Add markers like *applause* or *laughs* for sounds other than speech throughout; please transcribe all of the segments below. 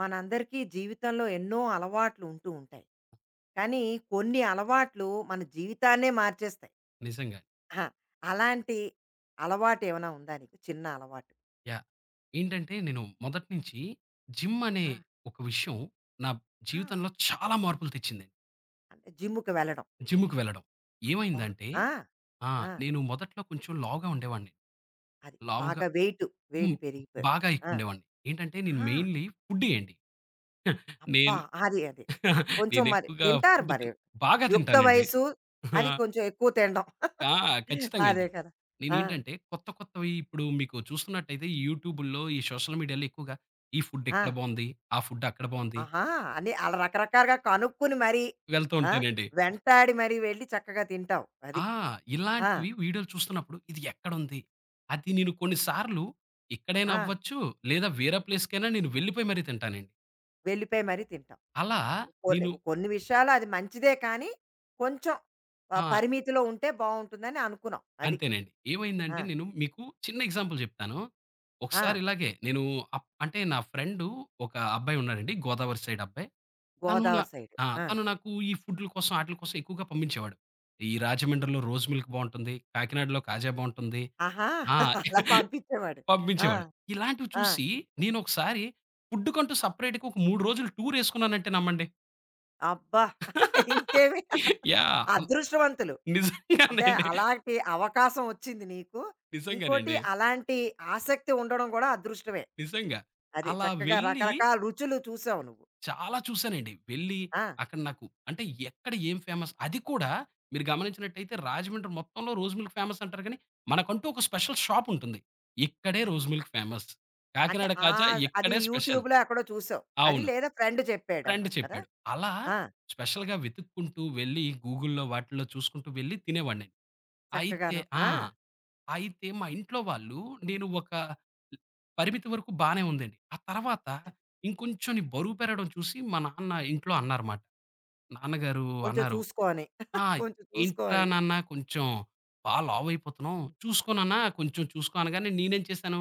మనందరికీ జీవితంలో ఎన్నో అలవాట్లు ఉంటూ ఉంటాయి. కానీ కొన్ని అలవాట్లు మన జీవితాన్నే మార్చేస్తాయి. నిజంగా. ఆ! అలాంటి అలవాటేమైనా ఉందా నీకు? చిన్న అలవాటు? యాహ్! ఏంటంటే నేను మొదటి నుంచి జిమ్ అనే ఆ! ఒక విషయం నా ఆ! జీవితంలో చాలా మార్పులు తెచ్చింది. అంటే జిమ్‌కి వెళ్ళడం. జిమ్‌కి వెళ్ళడం. అబ్బా! ఏమైందంటే ఆ! ఆ! ఆ! నేను మొదట్లో కొంచెం లావుగా ఉండేవాడిని. అది లావుగా బాగా వెయిట్, హ్మ్. వెయిట్ పెరిగిపోయావు. బాగా ఆ! ఎక్కువ ఉండేవాడిని. ఏంటంటే నేను ఆ! మెయిన్‌లీ ఫుడ్డీ అండి. *laughs* అబ్బా! నేను అది అది. *laughs* కొంచెం నేను మరి ఎక్కువగా తింటారు ఫుడ్ మరి. తిన్ బాగా యుక్త తింటానండి. వయసు అది *laughs* కొంచెం ఎక్కువ తినడం. ఆ! *laughs* ఖచ్చితంగా అదే అండి. కదా! ఆ! నేనేంటంటే కొత్త కొత్తవి ఇప్పుడు మీకు చూస్తున్నట్టయితే ఈ యూట్యూబుల్లో, ఈ సోషల్ మీడియాలో ఎక్కువగా ఈ ఫుడ్ ఆ! ఇక్కడ బావుంది, ఆ ఫుడ్ అక్కడ బావుంది. ఆహా! అన్ని అలా రకరకాలుగా కనుక్కుని మరి వెళ్తూ ఆ! ఉంటానండి. వెంటాడి మరి వెళ్లి చక్కగా తింటావు. అది. ఆ! ఆ! ఇలాంటివి వీడియోలు చూస్తున్నప్పుడు ఇది ఎక్కడుంది? అది నేను కొన్ని సార్లు ఇక్కడైనా ఆ! అవ్వచ్చు, లేదా వేరే ప్లేస్‌కైనా నేను వెళ్ళిపోయి మరీ తింటానండి. వెళ్ళిపోయి మరీ తింటాం. అలా కొన్ని నేను కొన్ని విషయాలు అది మంచిదే కానీ, కొంచెం ఆ! పరిమితిలో ఉంటే బావుంటుందని అనుకున్నాం. అది. అంతేనండి. ఆ! ఏమైందంటే నేను మీకు చిన్న ఎగ్జాంపుల్ చెప్తాను. ఆ! ఒకసారి ఇలాగే నేను అప్ అంటే నా ఫ్రెండు ఒక అబ్బాయి ఉన్నాడండి. గోదావరి సైడ్ అబ్బాయి. తను నా గోదావరి సైడ్. ఆ! ఆ! తను నాకు ఈ ఫుడ్‌ల కోసం ఆటిల కోసం ఎక్కువగా పంపించేవాడు. ఈ రాజమండ్రిలో రోస్ మిల్క్ బావుంటుంది. కాకినాడలో కాజా బావుంటుంది. ఆహా! ఆ! *laughs* అలా *laughs* పంపించేవాడు. ఆ! పంపించేవాడు. ఇలాంటివి ఆ! చూసి నేనొకసారి ఫుడ్‌కంటూ సెపరేట్‌గా ఒక 3 రోజులు టూరేసుకున్నానంటే నమ్మండి. అబ్బా! *laughs* ఇంకేమి యాహ్! అన్ అదృష్టవంతులు. అంటే నిజంగానండి. అలాంటి అవకాశం వచ్చింది నీకు. ఇంకోటి నిజంగానండి. అలాంటి ఆసక్తి ఉండడం గూడా అదృష్టమే. నిజంగా. అది అలా చక్కగా వెళ్ళి రకరకాల రుచులు చూసావు నువ్వు. చాలా చూసానండి. వెళ్ళి ఆ! అక్కడ నాకు అంటే ఎక్కడ ఏం ఫేమస్ అది కూడా మీరు గమనించినట్టయితే రాజమండ్రి మొత్తంలో రోజ్ మిల్క్ ఫేమస్ అంటారు కానీ, మనకంటూ ఒక స్పెషల్ షాపుంటుంది. ఇక్కడే అది. Rose milk famous. అంటే కాకినాడ కాజా ఆహ్, అది ఇక్కడే స్పెషల్. యూట్యూబ్‌లో ఎక్కడో చూసావు. అది అవును. లేదా ఫ్రెండ్ ట్రెండ్ చెప్పాడన్నావు కదా! చెప్పాడు. అలా ఆ! స్పెషల్‌గా వెతుక్కుంటూ వెళ్లి గూగుల్‌లో వాటిల్లో చూసుకుంటూ వెళ్లి తినేవాడిని. అయితే చక్కగాను. ఆ! ఆ! అయితే మా ఇంట్లో వాళ్ళు నేను ఒక పరిమితి వరకు బానే ఉందండి. ఆ తర్వాత అది. ఇంకొంచెం నీ బరువు పెరగడం చూసి మా నాన్న ఇంట్లో అన్నారమాట. అది. నాన్నగారు కొంచెం అన్నారు, చూసుకొని, *laughs* "ఆ! కొంచెం ఏంట్రా చూసుకొని. నాన్న కొంచెం బా లావైపోతున్నావు. చూసుకో నాన్న కొంచెం చూసుకో" అనగానే నేనేం చేశాను,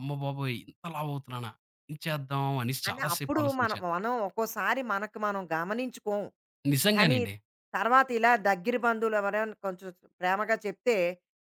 అమ్మ బాబోయ్! ఇంత లావవుతున్నానా? ఏం చేద్దాం అనేసి అంటే చాలా సేపు అప్పుడు మనం ఆలోచించాను. మనం ఒక్కోసారి మనకు మనం గమనించుకోం. కానీ నిజంగానండి తర్వాత ఇలా దగ్గర బంధువులు ఎవరైనా కొంచెం ప్రేమగా చెప్తే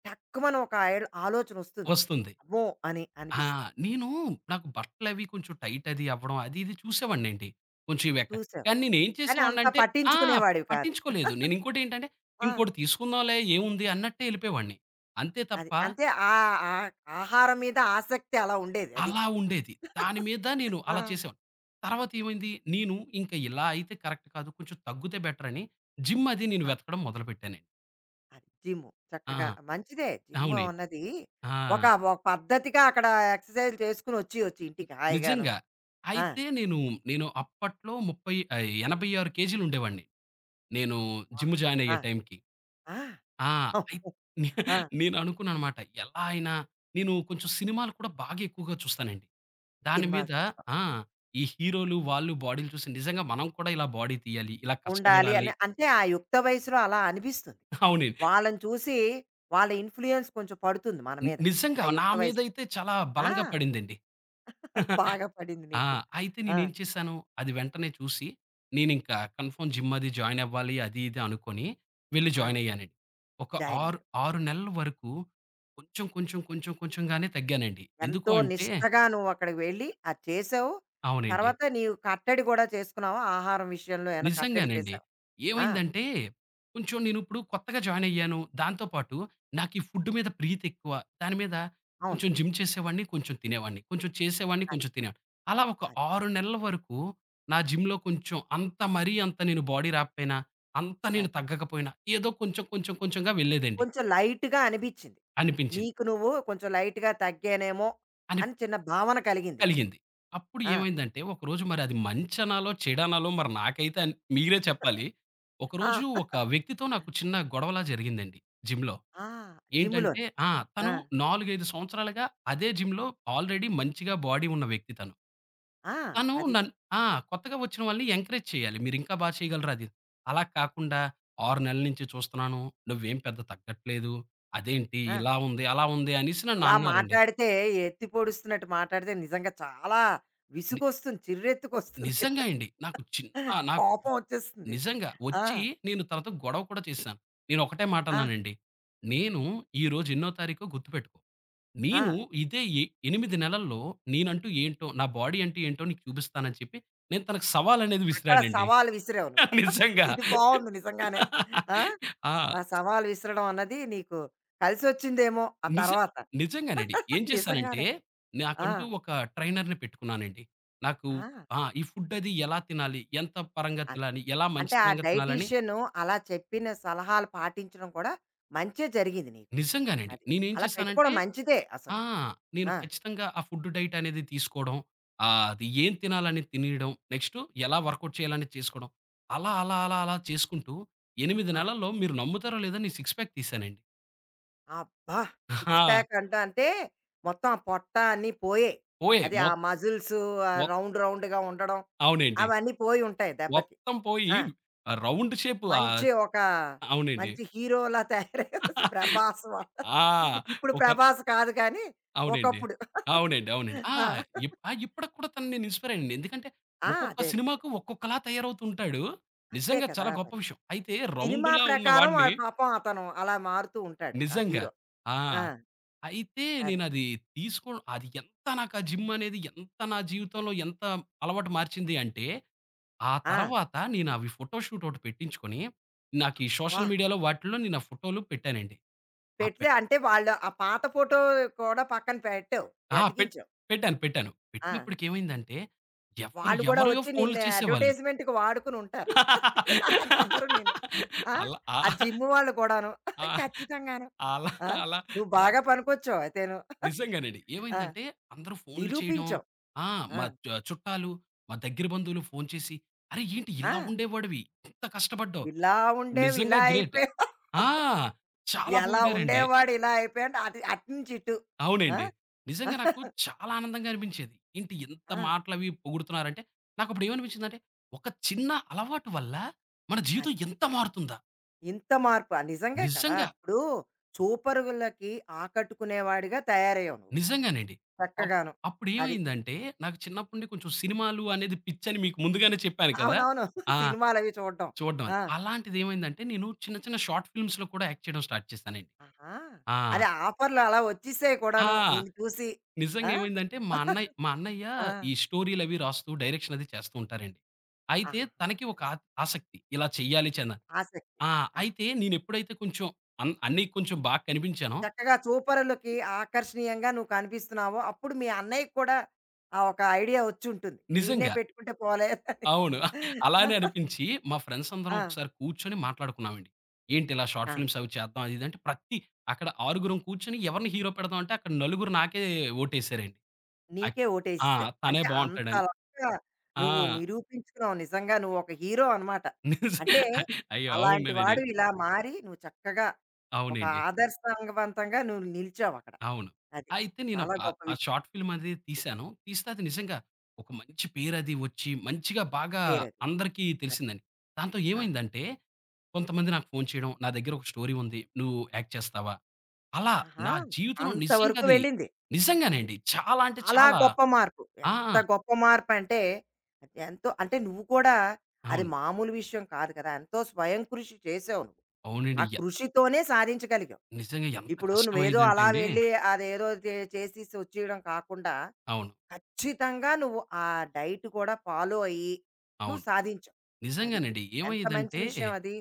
టక్కుమని ఒక ఆలోచన వస్తుంది. వస్తుంది. అమ్మో అని ఆ! అనిపిస్తుంది. నేను నాకు బట్టలవి కొంచెం టైట్ అది అవ్వడం అది ఇది చూసేవాడినండి. కొంచెం ఇవెక్క చూసావు కానీ నేనేం కానీ అంత చేసేవాడినంటే ఆ! పట్టించుకునేవాడివి కాదు. పట్టించుకోలేదు. ఇంకోటి ఏంటంటే ఆ, ఇంకోటి తీసుకుందాంలే ఏముంది అన్నట్టే ఎళ్ళిపోయేవాడిని. అంతే అది తప్ప అంతే. ఆ ఆ- ఆహారం మీద ఆసక్తి అలా ఉండేది అది. అలా ఉండేది. దాని మీద నేను ఆ, అలా చేసేవాడిని. తర్వాత ఏమైంది, నేను ఇంక ఇలా అయితే కరెక్ట్ కాదు. కొంచెం తగ్గితే బెటరని జిమ్ అది నేను ఆ, వెతకడం మొదలుపెట్టానండి. అది జిమ్ ఆ! చక్కగా మంచిదే జిమ్ అవునండి. అన్నది ఆ! ఒక ఒక పద్ధతిగా అక్కడ ఎక్సర్సైజ్ చేసుకుని వచ్చి వచ్చి ఇంటికి హాయిగాను. నిజంగా. ఆ, అయితే నేను, అప్పట్లో 30 86 కేజీలుండేవాడిని. నేను అబ్బా, జిమ్ జాయిన్ ఆ, అయ్యే టైంకి. ఆ, ఆ! అయి అమ్మో, నే ఆ, *laughs* నేను అనుకున్నాననమాట. ఎలా అయినా నేను కొంచెం సినిమాలు కూడా బాగా ఎక్కువగా చూస్తానండి. దాని సినిమాలు మీద చూస్తాం. ఆ! ఈ హీరోలు వాళ్ళు బాడీలు చూసి నిజంగా మనం కూడా ఇలా బాడీ తీయాలి. ఇలా ఉండాలి కష్టపడాలి. అని అంటే ఆ యుక్త వయసులో అలా అనిపిస్తుంది. అవునండి. వాళ్ళని చూసి వాళ్ళ ఇన్‌ఫ్లూయన్స్ కొంచెం పడుతుంది మన మీద. నిజంగా ఆ నా యుక్త వయసులో. మీదైతే చాలా ఆ! బలంగా పడిందండి. *laughs* బాగా *laughs* పడింది ఆ! నీకు. అయితే ఆ! నేనేం చేశాను, అది వెంటనే చూసి నేనింకా కన్ఫర్మ్ జిమ్ అది జాయిన్ అవ్వాలి అది ఇది అనుకోని వెళ్లి ఆ! జాయిన్ అయ్యానండి. ఒక జాయిన్ ఆరు అయ్యావు 6 చక్కగా. నెలల వరకు కొంచెం, కొంచెం, కొంచెం, కొంచెంగానే తగ్గానండి. ఎందుకు ఎంతో అంటే నిష్టగా నువ్వు అక్కడికి వెళ్లి అది చేసావు. అవునండి. తర్వాత నీవు కట్టడి కూడా చేసుకున్నావా? ఆహారం విషయంలో ఏమైనా కట్టడి నిజంగానండి. చేసావా? ఆ! ఏమైందంటే, కొంచెం నేనిప్పుడు కొత్తగా జాయినయ్యాను. దాంతో పాటు నాకీ ఫుడ్ మీద ప్రీతెక్కువ. దాని మీద అవును. కొంచెం జిమ్ చేసేవాడిని, కొంచెం తినేవాడిని. కొంచెం చేసేవాడిని, అదే. కొంచెం తినేవాడిని. అలా ఒక అదే. 6 నెలల వరకు నా జిమ్‌లో కొంచెం అంత మరీ అంత నేను బాడీ రాకపోయినా, అంత నేను అదే. తగ్గకపోయినా, ఏదో కొంచెం, కొంచెం, కొంచెంగా వెళ్ళేదండి కొంచెం లైట్‌గా అనిపించింది. అనిపించింది. నీకు నువ్వు కొంచెం లైట్‌గా తగ్గానేమో అని అని చిన్న భావన కలిగింది నీకు. కలిగింది. అప్పుడు ఆ! ఏమైందంటే ఒకరోజు మరి అది మంచనాలో, చెడనాలో మరి నాకైతే అన్ మీరే చెప్పాలి. ఆ! ఒకరోజు ఒక వ్యక్తితో నాకు చిన్న గొడవలా జరిగిందండి జిమ్‌లో. ఆ! ఏంటంటే జిమ్‌లోని. ఆ! ఆ! తను 4, 5 సంవత్సరాలుగా అదే జిమ్‌లో ఆల్రెడీ మంచిగా బాడీ ఉన్న వ్యక్తి తను. ఆ! తను అది. నన్ ఆ! కొత్తగా వచ్చిన వాళ్ళని ఎంకరేజ్ చేయాలి. మీరింకా బా చేయగలరు అది. అలా కాకుండా 6 నెలల నుంచి చూస్తున్నాను. నువ్వేం పెద్ద తగ్గట్లేదు. అదేంటి ఆ! ఇలా ఉంది, అలా ఉంది అనేసి నన్ను అలా అన్నారండి. మాట్లాడితే ఎత్తి పొడుస్తున్నట్టు మాట్లాడితే నిజంగా చాలా ని విసుగొస్తుంది. చిర్రెత్తుకొస్తుంది. నిజంగా అండి. నాకు చిన్న నాకు కోపం వచ్చేస్తుంది. నిజంగా. ఆ! వచ్చి నేను తనతో గొడవ కూడా చేశాను. నేను ఒకటే మాట ఆ! అన్నానండి. "నేను ఈరోజు ఎన్నో తారీఖో గుర్తుపెట్టుకో. ఆ! నేను ఇదే ఎ 8 నెలల్లో నేనంటూ ఏంటో, నా బాడీ అంటే ఏంటో నీకు చూపిస్తానని" చెప్పి నేను తనకి సవాల్ అనేది అక్కడ విసిరానండి. సవాలు విసిరావు నువ్వు. *laughs* నిజంగా. ఇది బావుంది నిజంగానే. ఆ! ఆ! ఆ సవాలు విసరడం అన్నది నీకు కలిసొచ్చిందేమో ఆ నిజ తర్వాత. నిజంగానండి. ఏం చేశానంటే నిజంగానే. ఆ! నాకంటూ ఒక ట్రైనర్‌ని పెట్టుకున్నానండి. నాకు ఆ! ఆ! ఈ ఫుడ్ అది ఎలా తినాలి? ఎంత పరంగా తినాలి? ఎలా అంటే ఆ మంచితనంగా తినాలని డైటీషియన్ అలా చెప్పిన సలహాలు పాటించడం కూడా మంచే జరిగింది నీకు. నిజంగానండి. అది. నేనేం అలా చేశానంటే పెట్టుకోవడం మంచిదే అసలు. ఆ! నేను ఆ! ఖచ్చితంగా ఆ ఫుడ్ డైట్ అనేది తీసుకోవడం. ఆహ్, అది ఏం తినాలని తినేయడం. నెక్స్టు ఎలా వర్కౌట్ చేయాలని చేసుకోవడం. అలా చేసుకుంటూ 8 ఆ! నెలల్లో మీరు నమ్ముతారో లేదో నేను సిక్స్ ప్యాక్ తీసానండి. అబ్బా! సిక్స్ ఆ! ప్యాక్ అంటే మొత్తం ఆ పొట్ట అన్నీ పోయాయి. పోయాయి. అది ఆ మొత్ మజిల్స్ ఆహ్, మొత్ రౌండ్ రౌండ్‌గా ఉండడం అవునండి. అవన్నీ పోయి ఉంటాయి దెబ్బకి. మొత్తం పోయి ఆ! రౌండ్ షేప్ ఆహ్, మంచి ఒక అవునండి. మంచి హీరోలా తయారయ్యావు. *laughs* 'ప్రభాస్' వల్ల. ఆ! ఇప్పుడు ఒక 'ప్రభాస్' కాదు కానీ అవునండి. ఒకప్పుడు. అవునండి. ఆ! ఆ! ఇప్ ఆ! ఇప్పటికి కూడా తనని నేను ఇన్‌స్పైర్ అయ్యానండి. ఎందుకంటే ఆ! ఒక్కొక్క అదే అదే అదే. సినిమాకు ఒక్కొక్కలా తయారవుతుంటాడు. అంతే నిజంగా కదా చాలా గొప్ప మరి. విషయం. అయితే సినిమా రౌండ్‌లా ఉన్న ప్రకారం వాడిని వాడు పాపం అతను అలా మారుతూ ఉంటాడు. ఆ నిజంగా. హీరో. ఆ! ఆ! అయితే అదే. నేనది తీసుకోవడం అది ఎంత నాకు ఆ జిమ్ అనేది ఎంత నా జీవితంలో ఎంత అలవాటు మార్చింది అంటే, ఆ ఆ! తర్వాత నేను అవి ఫోటో షూట్ ఒకటి పెట్టించుకొని, నాకు ఈ అబ్బా! సోషల్ మీడియాలో వాటిల్లో నేను ఆ ఫోటోలు పెట్టానండి. ఆ పెడితే అంటే వాళ్ళు ఆ పాత ఫోటో కూడా పక్కన పెట్టావు. ఆ! పెట్ అతికించావు. పెట్టాను. ఆ! పెట్టినప్పటికేమైందంటే, ఎవరు వాళ్ళు కూడా ఎవరో వచ్చి ఫోన్లు నిన్ను చేసేవాళ్ళు. అడ్వర్‌టైజ్‌మెంట్‌కి వాడుకుని ఉంటారు. అందరూ నిన్ను ఆ! అలా ఆ! ఆ జిమ్ వాళ్ళు కూడాను. ఆ! ఖచ్చితంగాను. అలా ఆ! అలా నువ్వు అలా బాగా పనికొచ్చావు అయితేను. నిజంగానండి. ఆ! ఏమైందంటే, అందరూ ఫోన్లు చేయడం నిరూపించావు. ఆ! ఆ! మా చ చుట్టాలు, మా దగ్గర బంధువులు ఫోను చేసి, "అరె! ఏంటి ఆ! ఇలా ఉండేవాడివి? ఇంత కష్టపడ్డావు. ఇలా ఉండేవి నిజంగా ఇలా గ్రేట్." అయిపోయావు. ఆ! చాలా ఎలా పొగిడారండి. ఉండేవాడు ఇలా అయిపోయాడు. అటు అటు నుంచి ఇటు. ఆ! అవునండి. నిజంగా నాకు చాలా ఆనందంగా అనిపించేది. ఏంటి ఇంత ఆ! మాటలవి పొగుడుతున్నారంటే, నాకప్పుడు ఏమనిపించిందంటే, ఒక చిన్న అలవాటు వల్ల మన జీవితం అది. ఎంత మారుతుందా? ఇంత మార్పు. ఆ! నిజంగే కదా! నిజంగా, ఇప్పుడు చూపరుగులకి ఆకట్టుకునేవాడిగా తయారయ్యావు నువ్విప్పుడు. నిజంగానండి. అప్ చక్కగాను. అది. అప్పుడేమైందంటే, నాకు చిన్నప్పటి నుండి కొంచెం సినిమాలు అనేది పిచ్చని మీకు ముందుగానే చెప్పాను కదా! అవునవును. ఆ! *laughs* సినిమాలవి చూడడం. చూడడం అది. ఆ! అలాంటిదేమైందంటే, నేను చిన్న చిన్న షార్ట్ ఫిల్మ్స్‌లో కూడా యాక్ట్ చేయడం స్టార్ట్ చేశానండి. ఆహా! ఆ! అదే ఆఫర్‌లు అలా వచ్చేసాయి ఆ! కూడాను నిన్ను చూసి. ఆ! నిజంగా ఏమైందంటే మా అన్నయ్య *laughs* మా అన్నయ్య ఆ! ఈ స్టోరీలవి రాస్తూ, డైరెక్షన్ అది చేస్తూ ఉంటారండి. అయితే ఆహాహా! తనకి ఒక అది. ఆత్ ఆసక్తి. ఇలా చెయ్యాలి చనా ఆసక్తి. ఆ! అది. అయితే నేనెప్పుడైతే కొంచెం అన్నయ్యకి కొంచెం బాగా కనిపించానో చక్కగా చూపరులకి ఆకర్షణీయంగా నువ్వు కనిపిస్తున్నావు. అప్పుడు మీ అన్నయ్యకి కూడా ఆ ఒక ఐడియా వచ్చుంటుంది. వీడినే నిజంగా పెట్టుకుంటే పోలే అని. అవును. అలానే *laughs* అనిపించి మా ఫ్రెండ్స్ అందరం ఆ! ఒకసారి కూర్చొని మాట్లాడుకున్నామండి. ఏంటి ఇలా షార్ట్ ఆ! ఫిల్మ్స్ అవి చేద్దాం అది ఇది అంటే ప్రతి అక్కడ ఆరుగురం కూర్చొని ఎవరిని హీరో పెడదాం అంటే అక్కడ నలుగురు నాకే ఓటేసారండి. అక్ నీకే ఆ! ఓటేసేసారు. తనే అంటే బావుంటాడని. అంతలాగా ఆ! నువ్వు నిరూపించుకున్నావు. నిజంగా నువ్వు ఒక హీరో అనమాట. నిజ అంటే అయ్యో! అవునండి. అలాంటి వాడివి ఇలా మారి నువ్వు చక్కగా ఒక అవునండి. ఆదర్శవంతంగా నువ్వు నిలిచావక్కడ. అవును. అది. అయితే చాలా నేనొక గొప్ప ఆ విషయం. షార్ట్ ఫిల్మ్ అది తీశాను. తీస్తే అది నిజంగా ఒక మంచి పేరది వచ్చి, మంచిగా బాగా పేరది. అందరికీ అది. తెలిసిందండి. దాంతో ఆ! ఏమైందంటే, కొంతమంది నాకు ఫోను చేయడం, "నా దగ్గర ఒక స్టోరీ ఉంది. నువ్వు యాక్ట్ చేస్తావా?" అలా ఆహా! నా జీవితంలో నిజంగా అంతవరకు అది వెళ్ళింది. అది. నిజంగానండి. చాలా అంటే చాలా చాలా గొప్ప మార్పు. ఆ! ఎంత గొప్ప మార్పంటే ఎంతో అంటే నువ్వు కూడా అది అవును. మామూలు విషయం కాదు కదా! ఎంతో స్వయం కృషి చేసావు నువ్వు. ఆ అవునండి. య కృషితోనే సాధించగలిగావు. నిజంగా ఎంత ఇప్పుడు నువ్వేదో కష్టమయ్యేదంటే అలా అండి వెళ్ళి అదేదో చేసేసి వచ్చేయడం కాకుండా, అవును. ఖచ్చితంగా నువ్వు ఆ డైట్ కూడా ఫాలో అయ్యి, నువ్వు అవును. సాధించావు. అది. నిజంగానండి. ఎంత మంచి ఏమయ్యేదంటే విషయం అది.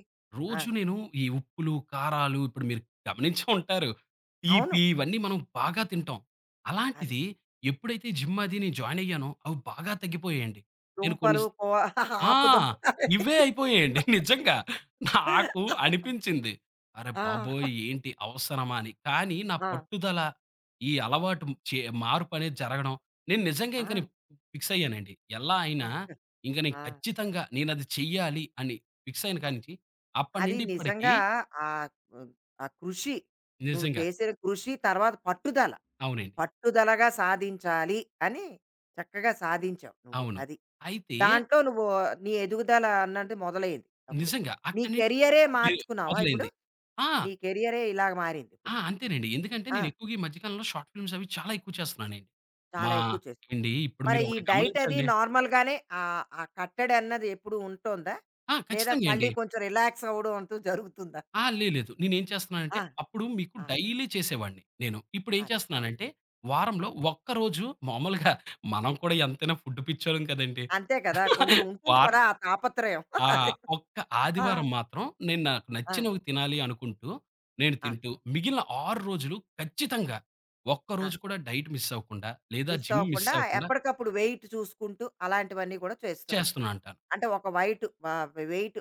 ఆ! రోజు నేను ఈ ఉప్పులు, కారాలు ఇప్పుడు మీరు గమనించే ఉంటారు. అవును. తీపి ఇవన్నీ మనం బాగా తింటాం. అది. అలాంటిది ఎప్పుడైతే జిమ్ అది నేను జాయిన్ అయ్యానో అవి బాగా తగ్గిపోయాయండి. నేను కొన్ని దుంపలు, *laughs* ఆ! ఆకు దుంప. ఇవే అయిపోయాయండి. నిజంగా. నాకు అనిపించింది. అరె ఆ! బాబోయ్! ఏంటి అవసరమా అని. కానీ నా ఆ! పట్టుదల, ఈ అలవాటు చే మార్పనేది జరగడం, నేను నిజంగా ఆ! ఇంక నేను ఫిక్స్ అయ్యానండి. ఎలా ఆ! అయినా ఇంక నేను ఆ! ఖచ్చితంగా నేనది చెయ్యాలి అని ఫిక్స్ అయిన అది. కానించి అప్పటి అది నుండి ఇప్పటికి నిజంగా ఆహ్, హ్మ్, ఆ కృషి. నువ్వు నిజంగా. చేసిన కృషి, తర్వాత పట్టుదల. అవునండి. పట్టుదలగా సాధించాలి అని చక్కగా సాధించావు నువ్వు. అవును. అది. అయితే దాంట్లో నువ్వు నీ ఎదుగుదల అన్నది మొదలైంది అప్పుడు. నిజంగా నీ అక్కడి నుండి కెరియరే మె మార్చుకున్నావా ఇప్పుడు? మొదలైంది. ఆ! నీ కెరియరే ఇలాగ మారింది ఆ! ఇప్పుడు. అంతేనండి. ఎందుకంటే ఆ! నేను ఎక్కువగా ఈ మధ్య కాలంలో షార్ట్ ఫిల్మ్స్ అవి చాలా ఎక్కువ చేస్తున్నానండి. చాలా మా ఎక్కువ చేస్తున్నావు. అండి ఇప్పుడు మరి మీరు ఈ ఒకటి డైట్ అది గమనించండి నార్మల్‌గానే ఆహ్, ఆ కట్టడి అన్నది ఎప్పుడు ఉంటోందా? ఆ! లేదా ఖచ్చితంగా మళ్ళీ అండి. కొంచెం రిలాక్స్ అవ్వడం అంటూ జరుగుతుందా? ఆ! లేదు. నేనేం చేస్తున్నానంటే ఆ! అప్పుడు మీకు ఆ! డైలీ చేసేవాడిని నేను. ఇప్పుడేం అది. అవును. చేస్తున్నానంటే వారంలో అవును. ఒక్కరోజు మామూలుగా మనం కూడా ఎంతైనా ఫుడ్ పిచ్చోలం కదండీ. అంతే కదా! కొంచెం ఉంటుంది వారం కదా! ఆ తాపత్రయం. *laughs* ఆ! అది. ఒక్క ఆ! ఆదివారం మాత్రం నేను నాకు ఆ! నచ్చినవి తినాలి అనుకుంటూ నేను ఆ! తింటూ మిగిలిన 6 రోజులు ఖచ్చితంగా ఆ! ఒక్కరోజు కూడా డైట్ మిస్ అవ్వకుండా లేదా మిస్ జిమ్ మిస్ అవ్వకుండా అవ్వకుండా ఎప్పటికప్పుడు వెయిట్ చూసుకుంటూ అలాంటివన్నీ కూడా చేస్తున్నాం. చేస్తున్నా అంటాను. అంటే ఒక వైట్ వ వెయిట్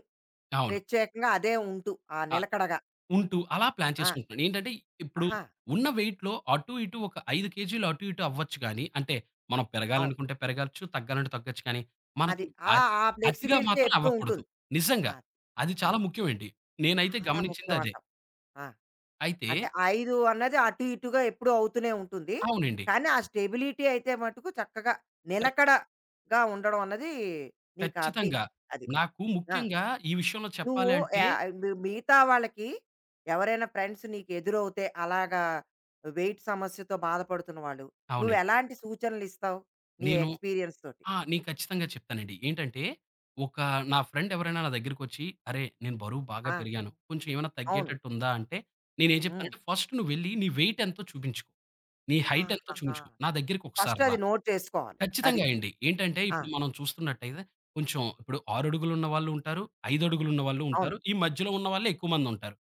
అవును. ప్రత్యేకంగా అదే ఉంటూ ఆ ఆ! నిలకడగా. ఉంటూ అలా ప్లాన్ ఆ! చేసుకుంటున్నాను. ఏంటంటే ఇప్పుడు ఆహా! ఉన్న వెయిట్‌లో అటు ఇటు ఒక 5 కేజీలు అటు ఇటు అవ్వచ్చు గానీ, అంటే మనం అవును. పెరగాలనుకుంటే పెరగొచ్చు, తగ్గాలంటే తగ్గొచ్చు కానీ, అది మనకి అ అలా ఆ అతిగా ఫ్లెక్సిబిలిటీ మాత్రం ఎప్పుడూ అవ్వకూడదు. ఉంటుంది. నిజంగా. అది. అది చాలా అది. ముఖ్యమండి. నేనైతే చాలా గమనించింది ముఖ్యం అదే. అంటావు. ఆ! అయితే అంటే 5 అన్నది అటు ఇటుగా ఎప్పుడూ అవుతూనే ఉంటుంది. అవునండి. కానీ ఆ స్టెబిలిటీ అయితే మటుకు చక్కగా ఖ నిలకడగా ఉండడం అన్నది నీకు ఖచ్చితంగా. అబ్బింది. అది. నాకు ఆ! ముఖ్యంగా ఈ విషయంలో నువ్వు చెప్పాలి అంటే ఆహ్, మిగతా వాళ్ళకి ఎవరైనా ఫ్రెండ్స్ నీకు ఎదురవుతే అలాగా వెయిట్ సమస్యతో బాధపడుతున్న వాళ్ళు, నువ్వు అవునండి. ఎలాంటి సూచనలిస్తావు? నీ నేను ఎక్స్‌పీరియన్స్ తోటి? ఆ! నేను ఖచ్చితంగా చెప్తానండి. ఏంటంటే, ఒక నా ఫ్రెండ్ ఎవరైనా నా దగ్గరికొచ్చి, "అరే! నేను బరువు బాగా ఆ! పెరిగాను. కొంచెం ఏమైనా అవును. తగ్గేటట్టుందా?" అంటే నేనేం హ్మ్. చెప్తానంటే, "ఫస్ట్ నువ్వెళ్ళి నీ వెయిట్ ఎంతో చూపించుకో. నీ హైట్ ఎంతో ఆహాహా! చూపించుకో. నా దగ్గరికి ఫస్ట్ ఒకసారి అది రా." నోట్ చేసుకోవాలి. అది. ఖచ్చితంగా అండి. ఏంటంటే, ఆ! ఇప్పుడు మనం చూస్తున్నట్టయితే కొంచెం ఇప్పుడు 6 అడుగులున్న వాళ్ళు ఉంటారు. 5 అడుగులున్న వాళ్ళు అవును. ఉంటారు. ఈ మధ్యలో ఉన్న వాళ్ళే ఎక్కువ మందుంటారు.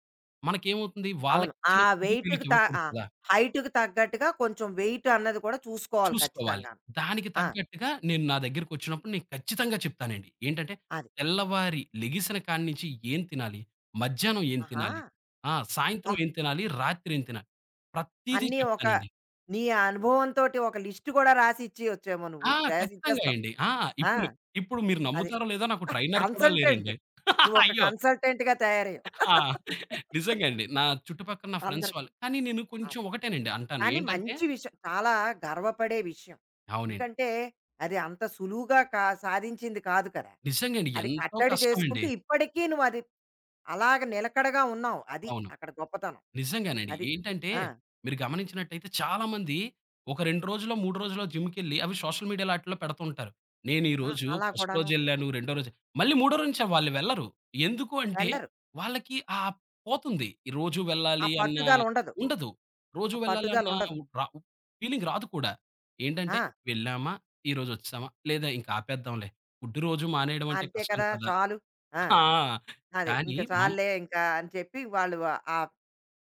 మనకేమవుతుంది అవును. ఆ వాళ్ళకిచ్చిన ఫుడ్ వెయిట్‌కి త వీళ్ళకివ్వకూడదు ఆ! కదా! హైట్‌కి తగ్గట్టుగా కొంచెం వెయిట్ అన్నది కూడా చూసుకోవాలి చూసుకోవాలి. ఖచ్చితంగాను. దానికి ఆ! తగ్గట్టుగా నేను నా దగ్గరికొచ్చినప్పుడు నేను ఖచ్చితంగా చెప్తానండి. ఏంటంటే, అది. తెల్లవారి లెగిసిన కాడ్నించి ఏం తినాలి? మధ్యాహ్నం ఏం ఆహా! తినాలి? ఆ! అబ్బా! సాయంత్రం ఏం తినాలి? రాత్రి ఏం తినాలి? ప్రతీదీ అన్నీ ఒక చెప్తానండి. నీ అనుభవంతోటి ఒక లిస్ట్ కూడా రాసి ఇచ్చేయచ్చేమో నువ్వు. ఆ! ఖచ్చితంగా రాసిచ్చేస్తావు. అండి. ఆ! ఆ! ఇప్పుడు, ఇప్పుడు మీరు అది. నమ్ముతారో లేదో నాకు *laughs* ట్రైనర్ కూడా కన్సల్టెంట్. లేరండి. *laughs* నువ్వొక అయ్యో! కన్సల్టెంట్‌గా తయారయ్యావు. ఆ! నిజంగా అండి. నా చుట్టుపక్కల నా ఫ్రెండ్స్ అందరికి. వాళ్ళు కానీ నేను కొంచెం అదే. ఒకటేనండి అంటాను. కానీ ఏంటంటే మంచి విషయం. చాలా గర్వపడే విషయం. అవునండి. ఎందుకంటే, అది అంత సులువుగా సాధించింది కాదు కదా! నిజంగా అండి. అది ఎంతో కట్టడి చేసుకుంటూ కష్టమండి. ఇప్పటికీ నువ్వది అలాగ నిలకడగా ఉన్నావు. అది అవును. అక్కడ గొప్పతనం. నిజంగానండి. అది. ఏంటంటే ఆ! మీరు గమనించినట్టయితే చాలామంది ఒక 2 రోజులో, 3 రోజులో జిమ్‌కెళ్ళి అవి సోషల్ మీడియాలో ఆటిల్లో పెడుతుంటారు. నేను ఆ! ఈరోజు అలా ఫస్ట్ కూడాను. రోజెళ్ళాను, రెండో రోజు మళ్ళీ మూడో రోజు నుంచి వాళ్ళు వెళ్లరు. ఎందుకు అంటే వెళ్ళరు. వాళ్ళకి ఆ పోతుంది. ఈ రోజు ఆ వెళ్ళాలి అన్న పట్టుదలుండదు. ఉండదు. రోజు ఆ వెళ్ళాలన్న పట్టుదలుండదు. రా ఫీలింగ్ రాదు కూడా. ఏంటంటే ఆ! వెళ్ళామా, ఈరోజు వచ్చేసామా లేదా ఇంక ఆపేద్దాంలే. ఫుడ్ రోజు మానేయడం అంటే అంతే కష్టం కదా! కదా! చాలు. ఆ! ఆ! అది. కానీ ఇంక మనం చాలులే ఇంకా అని చెప్పి వాళ్ళు ఆ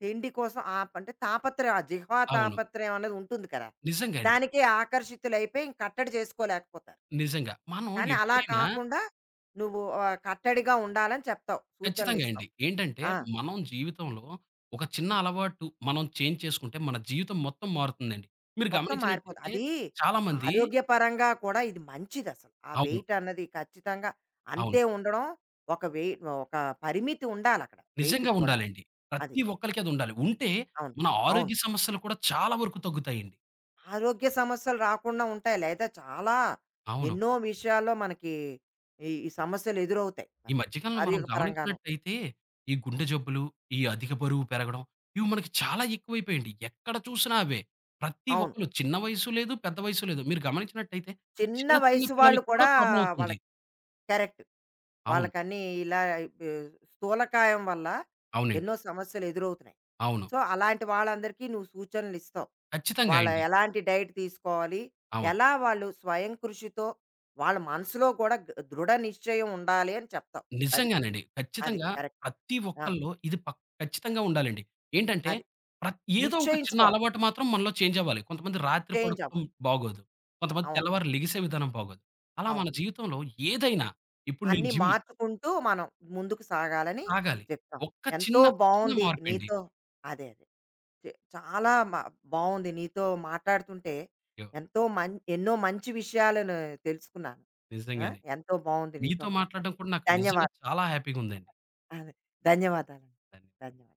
తిండి కోసం ఆ అంటే తాపత్రయం, ఆ జిహ్వా అవును. తాపత్రయం అనేది ఉంటుంది కదా! నిజంగా అండి. దానికే ఆకర్షితులైపోయి ఇంక కట్టడి చేసుకోలేకపోతారు. నిజంగా. మనం కానీ అలా ఎప్పుడైనా కాకుండా నువ్వు ఆహ్, కట్టడిగా ఉండాలని చెప్తావు. ఖచ్చితంగా సూచనలిస్తావు. అండి. ఏంటంటే, ఆ! మనం జీవితంలో ఒక చిన్న అలవాటు మనం చేంజ్ చేసుకుంటే మన జీవితం మొత్తం మారుతుందండి. మీరు మొత్తం మారిపోతుంది. గమనించినట్టయితే అది చాలామంది ఆరోగ్యపరంగా కూడా ఇది మంచిదసలు. ఆ అవును. వెయిట్ అన్నది ఖచ్చితంగా అంతే అవును. ఉండడం ఒక వెయి ఒక పరిమితి ఉండాలక్కడ వెయిట్‌కి నిజంగా కూడా. ఉండాలండి. అది. ప్రతి ఒక్కళ్ళకి అది ఉండాలి. ఉంటే అవును. మన అవును. ఆరోగ్య సమస్యలు కూడా చాలా వరకు తగ్గుతాయండి. ఆరోగ్య సమస్యలు రాకుండా ఉంటాయి. లేదా చాలా అవును. ఎన్నో విషయాల్లో మనకి ఈ ఈ సమస్యలు ఎదురవుతాయి ఈ మనకి. మధ్య కాలంలో మనం ఆరోగ్యపరంగాను. గమనించినట్టయితే, ఈ గుండె జబ్బులు, ఈ అధిక బరువు పెరగడం, ఇవి మనకి చాలా ఎక్కువైపోయాయండి. ఎక్కడ చూసినా అవే. ప్రతి అవును. ఒక్కళ్ళు చిన్న వయసు లేదు, పెద్ద వయసు లేదు. మీరు గమనించినట్టయితే చిన్న చిన్న చిన్న వయసు వాళ్ళు పిల్లలకి కూడా కూడా ప్రాబ్లమ్ అవుతుంది. వాళ్ళకి కరెక్ట్. అవును. వాళ్ళకన్నీ ఇలా బ్ స్థూలకాయం వల్ల అవునండి. ఎన్నో సమస్యలు ఎదురవుతున్నాయి. అవును. సో, అలాంటి వాళ్ళందరికీ నువ్వు సూచనలిస్తావు. ఖచ్చితంగా వాళ్ళ అండి. ఎలాంటి డైట్ తీసుకోవాలి? అవును. ఎలా వాళ్ళు స్వయం కృషితో వాళ్ళ మనసులో కూడా దృఢ నిశ్చయం ఉండాలి అని చెప్తావు. అది. నిజంగానండి. అది. ఖచ్చితంగా కరెక్ట్. ప్రతి ఆ! ఒక్కళ్ళు ఇది పక్ ఖచ్చితంగా ఉండాలండి. ఏంటంటే అది. ప్రత్ ఏదో ఒక చిన్న నిశ్చయించుకోవాలి. అలవాటు మాత్రం మనలో చేంజ్ అవ్వాలి. కొంతమంది రాత్రి చేంజ్ పడుకోవడం అవ్వాలి. బాగోదు. కొంతమంది అవును. తెల్లవారు లెగిసే విధానం బాగోదు. అలా మన అవును. జీవితంలో ఏదైనా ఇప్పుడు నేను అన్నీ జిమ్ మార్చుకుంటూ మనం ముందుకు సాగాలని సాగాలి. చెప్తాం. ఒక్క ఎంతో చిన్న, చిన్న బావుంది మార్పండి. నీతో అదే. అదే. చే చాలా మ బావుంది నీతో మాట్లాడుతుంటే ఎంతో ఎన్నో మంచి విషయాలను తెలుసుకున్నాను. ఆ! నిజంగానే. ఎంతో బావుంది నీతో మీతో మాట్లాడడం మాట్లాడడం. కూడా నాకు నిజంగా ధన్యవాదాలు. చాలా హ్యాపీగా ఉందండి. అదే. ధన్యవాదాలండి. ధన్య ధన్యవాదాలు.